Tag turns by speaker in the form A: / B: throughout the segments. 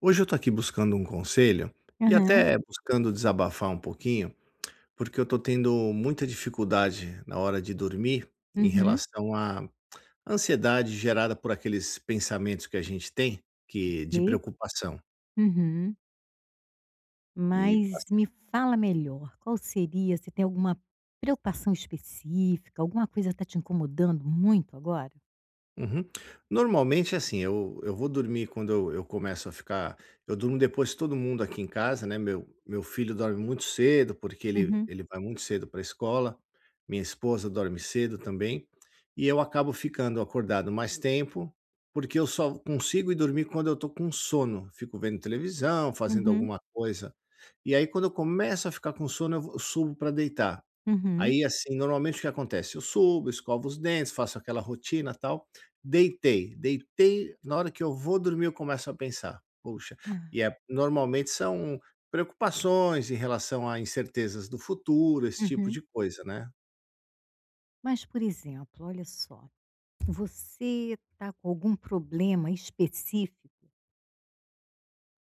A: Hoje eu tô aqui buscando um conselho e
B: Aham,
A: até buscando desabafar um pouquinho, porque eu tô tendo muita dificuldade na hora de dormir em
B: uhum,
A: relação à ansiedade gerada por aqueles pensamentos que a gente tem que de
B: ok,
A: preocupação.
B: uhum.
A: E
B: Mas me fala melhor, qual seria você tem alguma preocupação específica, alguma coisa está te incomodando muito agora?
A: Uhum. Normalmente, assim, eu vou dormir quando eu começo a ficar. Eu durmo depois de todo mundo aqui em casa, né? Meu filho dorme muito cedo, porque ele,
B: Uhum,
A: ele vai muito cedo para a escola. Minha esposa dorme cedo também. E eu acabo ficando acordado mais tempo, porque eu só consigo ir dormir quando eu tô com sono. Fico vendo televisão, fazendo
B: uhum,
A: alguma coisa. E aí, quando eu começo a ficar com sono, eu subo para deitar.
B: uhum.
A: Aí, assim, normalmente o que acontece? Eu subo, escovo os dentes, faço aquela rotina, tal. Deitei, deitei, na hora que eu vou dormir, eu começo a pensar: "Poxa",
B: Ah,
A: e é normalmente são preocupações em relação a incertezas do futuro, esse tipo
B: uhum.
A: de coisa, né.
B: Mas, por exemplo, olha só, você está com algum problema específico?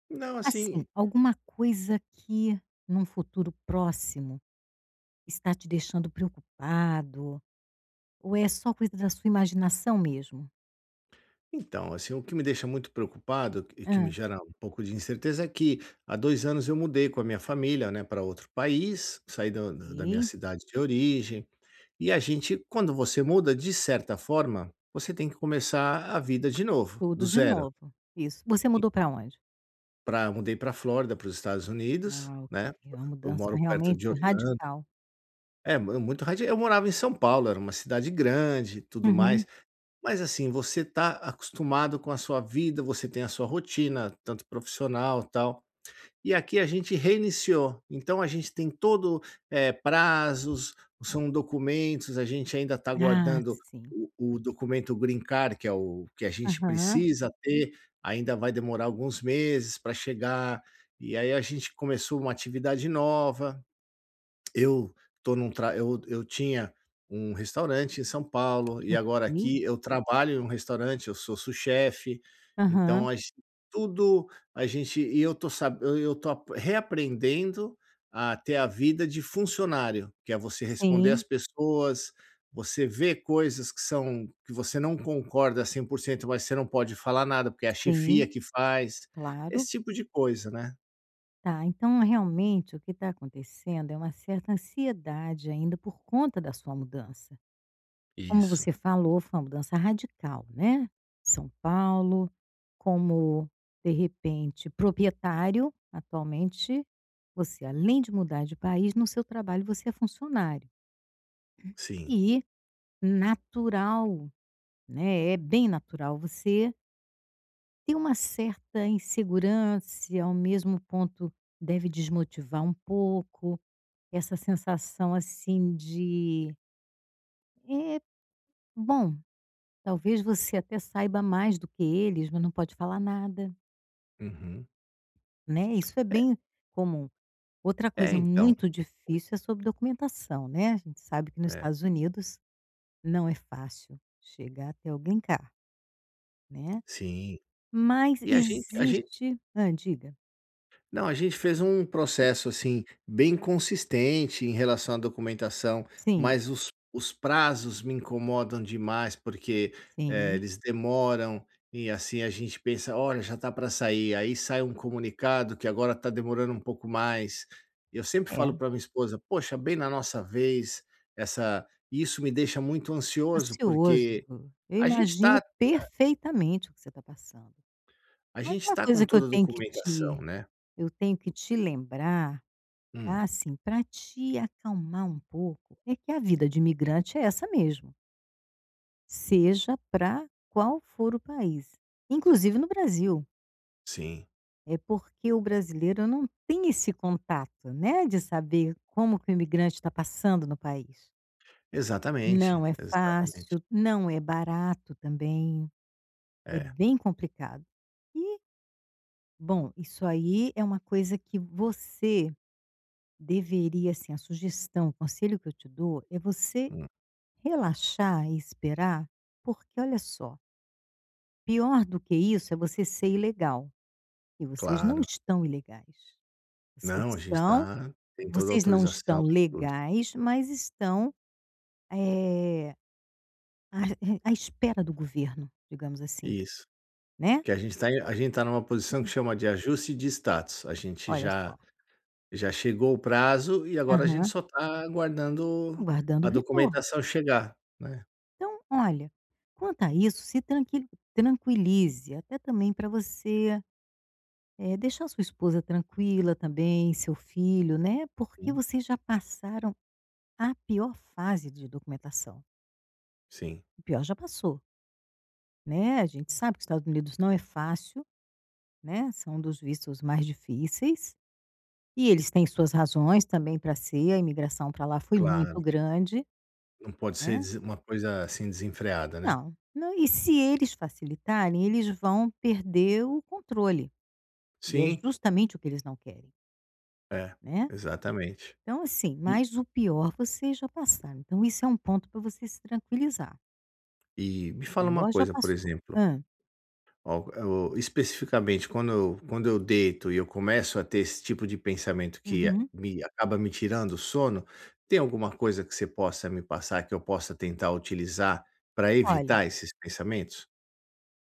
A: Não,
B: Assim,
A: assim,
B: alguma coisa que num futuro próximo está te deixando preocupado, ou é só coisa da sua imaginação mesmo?
A: então, assim, o que me deixa muito preocupado e que
B: Ah,
A: me gera um pouco de incerteza é que há 2 anos eu mudei com a minha família, né, para outro país, saí do da minha
B: ok.
A: cidade de origem. E a gente, quando você muda, de certa forma, você tem que começar a vida de novo, do
B: Tudo de
A: zero.
B: novo. Isso. Você
A: E
B: mudou para onde?
A: pra mudei para Flórida, para os Estados Unidos,
B: Ah, ok.
A: né,
B: É uma
A: eu
B: mudança
A: moro perto
B: realmente
A: de Orlando.
B: radical.
A: É, mu muito radi eu morava em São Paulo, era uma cidade grande e tudo
B: Uhum.
A: mais, mas assim, você tá acostumado com a sua vida, você tem a sua rotina, tanto profissional, tal. E aqui a gente reiniciou. Então a gente tem prazos, são documentos, a gente ainda está
B: Ah,
A: guardando
B: sim.
A: o documento Green Card, que é o que a gente
B: Aham.
A: precisa ter, ainda vai demorar alguns meses para chegar. E aí a gente começou uma atividade nova, eu tô num tra eu tinha um restaurante em São Paulo e agora
B: Ok.
A: aqui eu trabalho em um restaurante, eu sou sous-chefe,
B: Aham.
A: então a gen tudo a gente eu tô ap reaprendendo a ter a vida de funcionário, que é você responder
B: Sim,
A: às pessoas, você vê coisas que são que você não concorda 100%, mas você não pode falar nada, porque é a
B: sim,
A: chefia que faz,
B: claro.
A: esse tipo de coisa, né.
B: Tá, então realmente o que está acontecendo é uma certa ansiedade ainda por conta da sua mudança. Como
A: Isso,
B: você falou, foi uma mudança radical, né, São Paulo, como, de repente, proprietário, atualmente você, além de mudar de país, no seu trabalho você é funcionário.
A: sim.
B: E natural, né, é bem natural você ter uma certa insegurança, e ao mesmo ponto deve desmotivar um pouco, essa sensação, assim, de: "É, bom, talvez você até saiba mais do que eles, mas não pode falar nada",
A: Uhum.
B: né, isso é bem comum. Outra
A: É,
B: coisa
A: então.
B: muito difícil é sobre documentação, né, a gente sabe que nos
A: É.
B: Estados Unidos não é fácil chegar até o green card, né.
A: Sim.
B: Mas
A: E a gente
B: existe hã, diga.
A: Não, a gente fez um processo, assim, bem consistente em relação à documentação,
B: Sim,
A: mas os prazos me incomodam demais, porque,
B: sim,
A: eles demoram e, assim, a gente pensa: "Olha, já está para sair", aí sai um comunicado que agora está demorando um pouco mais. E eu sempre falo
B: é
A: para minha esposa: "Poxa, bem na nossa vez", essa isso me deixa muito ansioso,
B: ansioso.
A: porque
B: Eu
A: a gente
B: imagino
A: está,
B: perfeitamente o que você está passando.
A: a
B: Mas
A: gente
B: uma
A: tá com
B: coisa que eu
A: toda a
B: tenho que
A: documentação,
B: te
A: né.
B: eu tenho que te lembrar.
A: Hum,
B: Ah, sim, para te acalmar um pouco, é que a vida de imigrante é essa mesmo, seja para qual for o país, inclusive no Brasil.
A: sim.
B: É porque o brasileiro não tem esse contato, né, de saber como que o imigrante está passando no país.
A: Exatamente,
B: Não é
A: exatamente.
B: fácil, não é barato também, é
A: É,
B: bem complicado. E, bom, isso aí é uma coisa que você deveria, assim, a sugestão, o conselho que eu te dou é você
A: hum,
B: relaxar e esperar, porque olha só, pior do que isso é você ser ilegal, e vocês não
A: claro.
B: estão ilegais. Vocês
A: Não, a gente
B: estão
A: tá, tem toda a
B: vocês não
A: autorização
B: estão
A: para tudo.
B: legais, mas estão, eh, à espera do governo, digamos assim,
A: Isso.
B: né.
A: Que a gente tá numa posição que
B: Hum.
A: chama de ajuste de status. A gente
B: Olha só.
A: já chegou o prazo e agora a gente
B: Aham.
A: só tá aguardando
B: Aguardando o
A: a
B: retorno.
A: documentação chegar, né.
B: Então, olha, quanto a isso, se tranqui tranquilize, até também para você é, deixar sua esposa tranquila também, seu filho, né? Porque
A: Hum,
B: vocês já passaram a pior fase de documentação.
A: sim,
B: O pior já passou, né? A gente sabe que os Estados Unidos não é fácil, né? São um dos vistos mais difíceis. E eles têm suas razões também para ser, a imigração para lá foi
A: claro.
B: muito grande,
A: Não pode ser
B: né?
A: des uma coisa, assim, desenfreada, né.
B: Não, não. E se eles facilitarem, eles vão perder o controle. E é
A: Sim,
B: justamente o que eles não querem,
A: é,
B: né?
A: exatamente.
B: Então, assim,
A: E
B: mas o pior vocês já passaram, então isso é um ponto para você se tranquilizar.
A: e me
B: O
A: fala uma
B: pior já
A: coisa, por
B: passou.
A: exemplo.
B: Hã.
A: Ó, eu especificamente quando eu deito e eu começo a ter esse tipo de pensamento que
B: Uhum.
A: me acaba me tirando o sono, tem alguma coisa que você possa me passar que eu possa tentar utilizar para
B: Olha,
A: evitar esses pensamentos?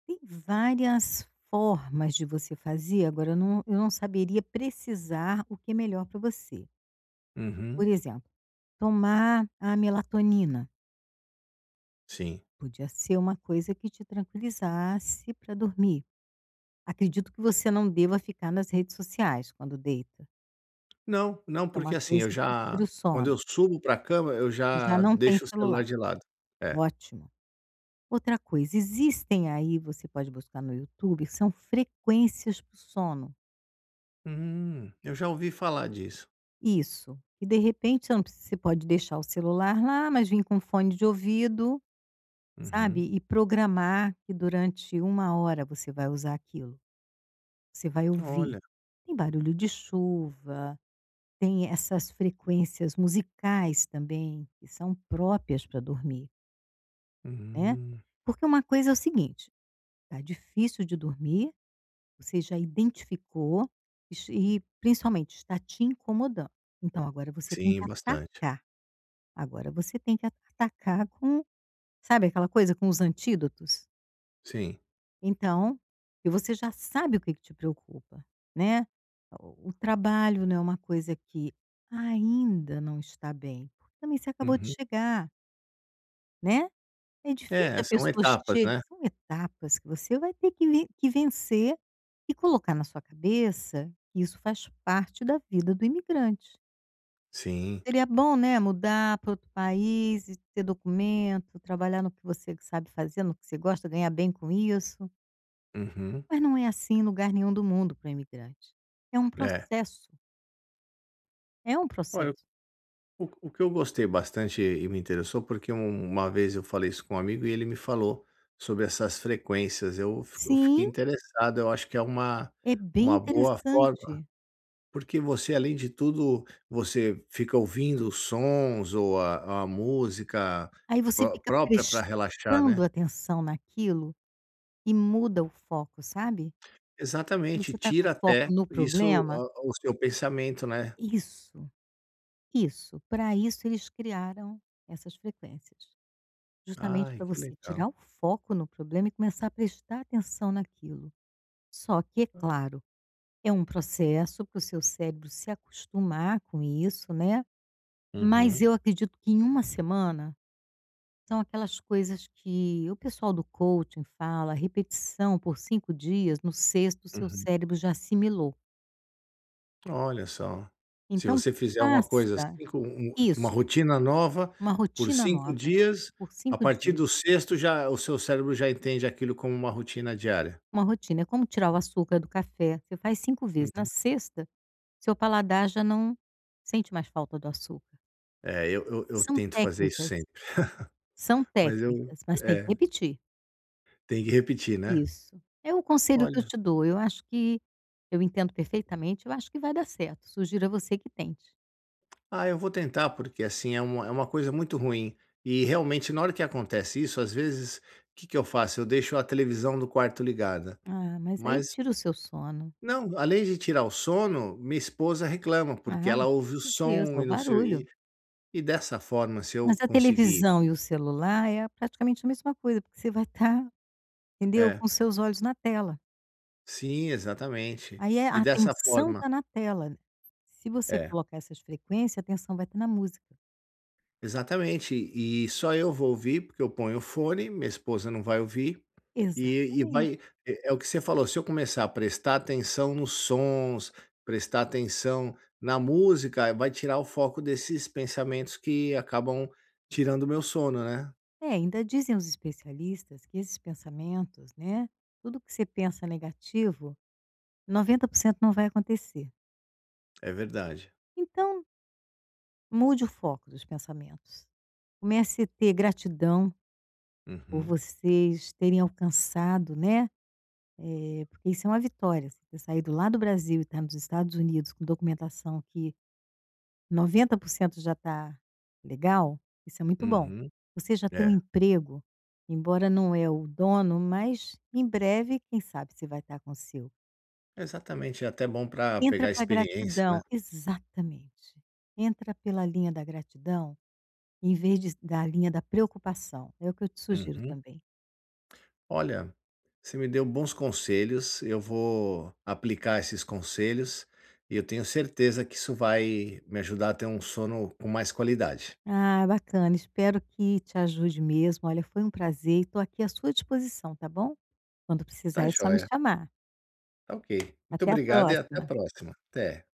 B: tem várias formas de você fazer, agora eu não saberia precisar o que é melhor para você. Por
A: Uhum,
B: exemplo, tomar a melatonina,
A: sim.
B: podia ser uma coisa que te tranquilizasse para dormir. Acredito que você não deva ficar nas redes sociais quando deita,
A: Não, não,
B: porque é
A: porque
B: uma
A: assim, eu
B: coisa que
A: já
B: tira o
A: quando
B: sono.
A: eu subo pra cama, eu
B: Já
A: já
B: não tem
A: deixo o
B: celular,
A: celular de lado. É.
B: ótimo. Outra coisa, existem aí, você pode buscar no YouTube, são frequências para o sono.
A: Eu já ouvi falar disso.
B: Isso. E de repente você não precisa- você pode deixar o celular lá, mas vir com fone de ouvido, sabe?
A: Uhum.
B: E programar que durante uma hora você vai usar aquilo. Você vai ouvir.
A: Olha.
B: Tem barulho de chuva, tem essas frequências musicais também, que são próprias para dormir, né?
A: Hum.
B: Porque uma coisa é o seguinte: tá difícil de dormir, você já identificou es e principalmente está te incomodando. Então agora você tem que
A: Sim, bastante.
B: atacar. Agora você tem que atacar com, sabe aquela coisa, com os antídotos?
A: Sim.
B: Então, e você já sabe o que te preocupa, né. O trabalho não é uma coisa que ainda não está bem, porque também você acabou de
A: Uhum.
B: chegar, né. É difícil
A: É,
B: a
A: são
B: pessoa
A: etapas,
B: che
A: né?
B: são etapas que você vai ter que vencer e colocar na sua cabeça que isso faz parte da vida do imigrante.
A: Sim.
B: Seria bom, né, mudar para outro país e ter documento, trabalhar no que você sabe fazer, no que você gosta, ganhar bem com isso,
A: Uhum.
B: mas não é assim em lugar nenhum do mundo para o imigrante. É um
A: É.
B: processo, é um
A: Olha,
B: processo.
A: o que eu gostei bastante e me interessou, porque uma vez eu falei isso com um amigo e ele me falou sobre essas frequências. Eu fiquei
B: Sim,
A: interessado, eu acho que é uma
B: é bem
A: uma boa forma,
B: interessante.
A: porque você, além de tudo, você fica ouvindo os sons ou a música
B: Aí você fica
A: própria para relaxar,
B: prestando
A: né.
B: atenção naquilo e muda o foco, sabe. E você
A: Exatamente,
B: está com
A: tira
B: foco
A: até
B: no
A: isso,
B: problema,
A: a o seu pensamento, né.
B: isso, isso. Para isso eles criaram essas frequências, justamente
A: Ai,
B: para
A: que
B: você
A: legal.
B: tirar o foco no problema e começar a prestar atenção naquilo. Só que é claro, é um processo para o seu cérebro se acostumar com isso, né, mas
A: Uhum,
B: eu acredito que em uma semana, são aquelas coisas que o pessoal do coaching fala, repetição por 5 dias, no sexto o seu
A: uhum.
B: cérebro já assimilou.
A: Olha só, se
B: Então
A: você fizer uma coisa
B: faça
A: assim com uma
B: isso,
A: rotina nova
B: uma
A: por
B: rotina
A: 5
B: nova,
A: dias,
B: por
A: a
B: 5
A: partir
B: dias.
A: do sexto já o seu cérebro já entende aquilo como uma rotina diária.
B: Uma rotina, é como tirar o açúcar do café, você faz 5 vezes. Na
A: Uhum.
B: sexta, seu paladar já não sente mais falta do açúcar.
A: É, eu
B: São
A: tento fazer isso
B: técnicas,
A: sempre,
B: são
A: mas eu
B: técnicas, mas tem que
A: é,
B: repetir.
A: tem que repetir, né.
B: Isso. É o conselho que eu
A: Olha,
B: te dou, eu acho que eu entendo perfeitamente, eu acho que vai dar certo, sugiro a você que tente.
A: ah, eu vou tentar, porque assim é uma coisa muito ruim, e realmente na hora que acontece isso, às vezes, o que que eu faço? Eu deixo a televisão do quarto ligada,
B: Ah, mas aí
A: mas
B: tira o seu sono.
A: não, além de tirar o sono, minha esposa reclama, porque
B: Ah, com
A: ela ouve o
B: certeza, é
A: som
B: o
A: e não sei,
B: barulho.
A: e dessa forma, se
B: Mas
A: eu
B: a
A: conseguir,
B: televisão e o celular é praticamente a mesma coisa, porque você vai estar, entendeu,
A: é,
B: com seus olhos na tela.
A: sim, exatamente.
B: Aí é
A: E
B: a
A: dessa
B: atenção
A: forma,
B: está na tela. Se você
A: é,
B: colocar essas frequências, a atenção vai estar na música.
A: exatamente. E só eu vou ouvir, porque eu ponho o fone, minha esposa não vai ouvir, e vai
B: Exatamente.
A: é é o que você falou, se eu começar a prestar atenção nos sons, prestar atenção na música, vai tirar o foco desses pensamentos que acabam tirando o meu sono, né.
B: É, ainda dizem os especialistas que esses pensamentos, né, tudo que você pensa negativo, 90% não vai acontecer.
A: É verdade.
B: Então, mude o foco dos pensamentos. Comece a ter gratidão por
A: Uhum.
B: vocês terem alcançado, né, eh, porque isso é uma vitória, você ter saído lá do Brasil e estar nos Estados Unidos com documentação que 90% já está legal, isso é muito bom.
A: Uhum.
B: Você já tem um
A: É,
B: emprego, embora não é o dono, mas em breve, quem sabe se vai estar com o seu.
A: exatamente, é até bom para
B: Entra
A: pegar
B: para
A: experiência, né.
B: gratidão, exatamente. Entra pela linha da gratidão, em vez de, da linha da preocupação. É o que eu te sugiro
A: Uhum.
B: também.
A: Olha, você me deu bons conselhos, eu vou aplicar esses conselhos e eu tenho certeza que isso vai me ajudar a ter um sono com mais qualidade.
B: Ah, bacana. Espero que te ajude mesmo. Olha, foi um prazer e estou aqui à sua disposição, tá bom? Quando
A: Tá
B: precisar é só me
A: joia,
B: chamar.
A: tá ok. Muito
B: Até a
A: obrigado e até a
B: próxima.
A: próxima. Até.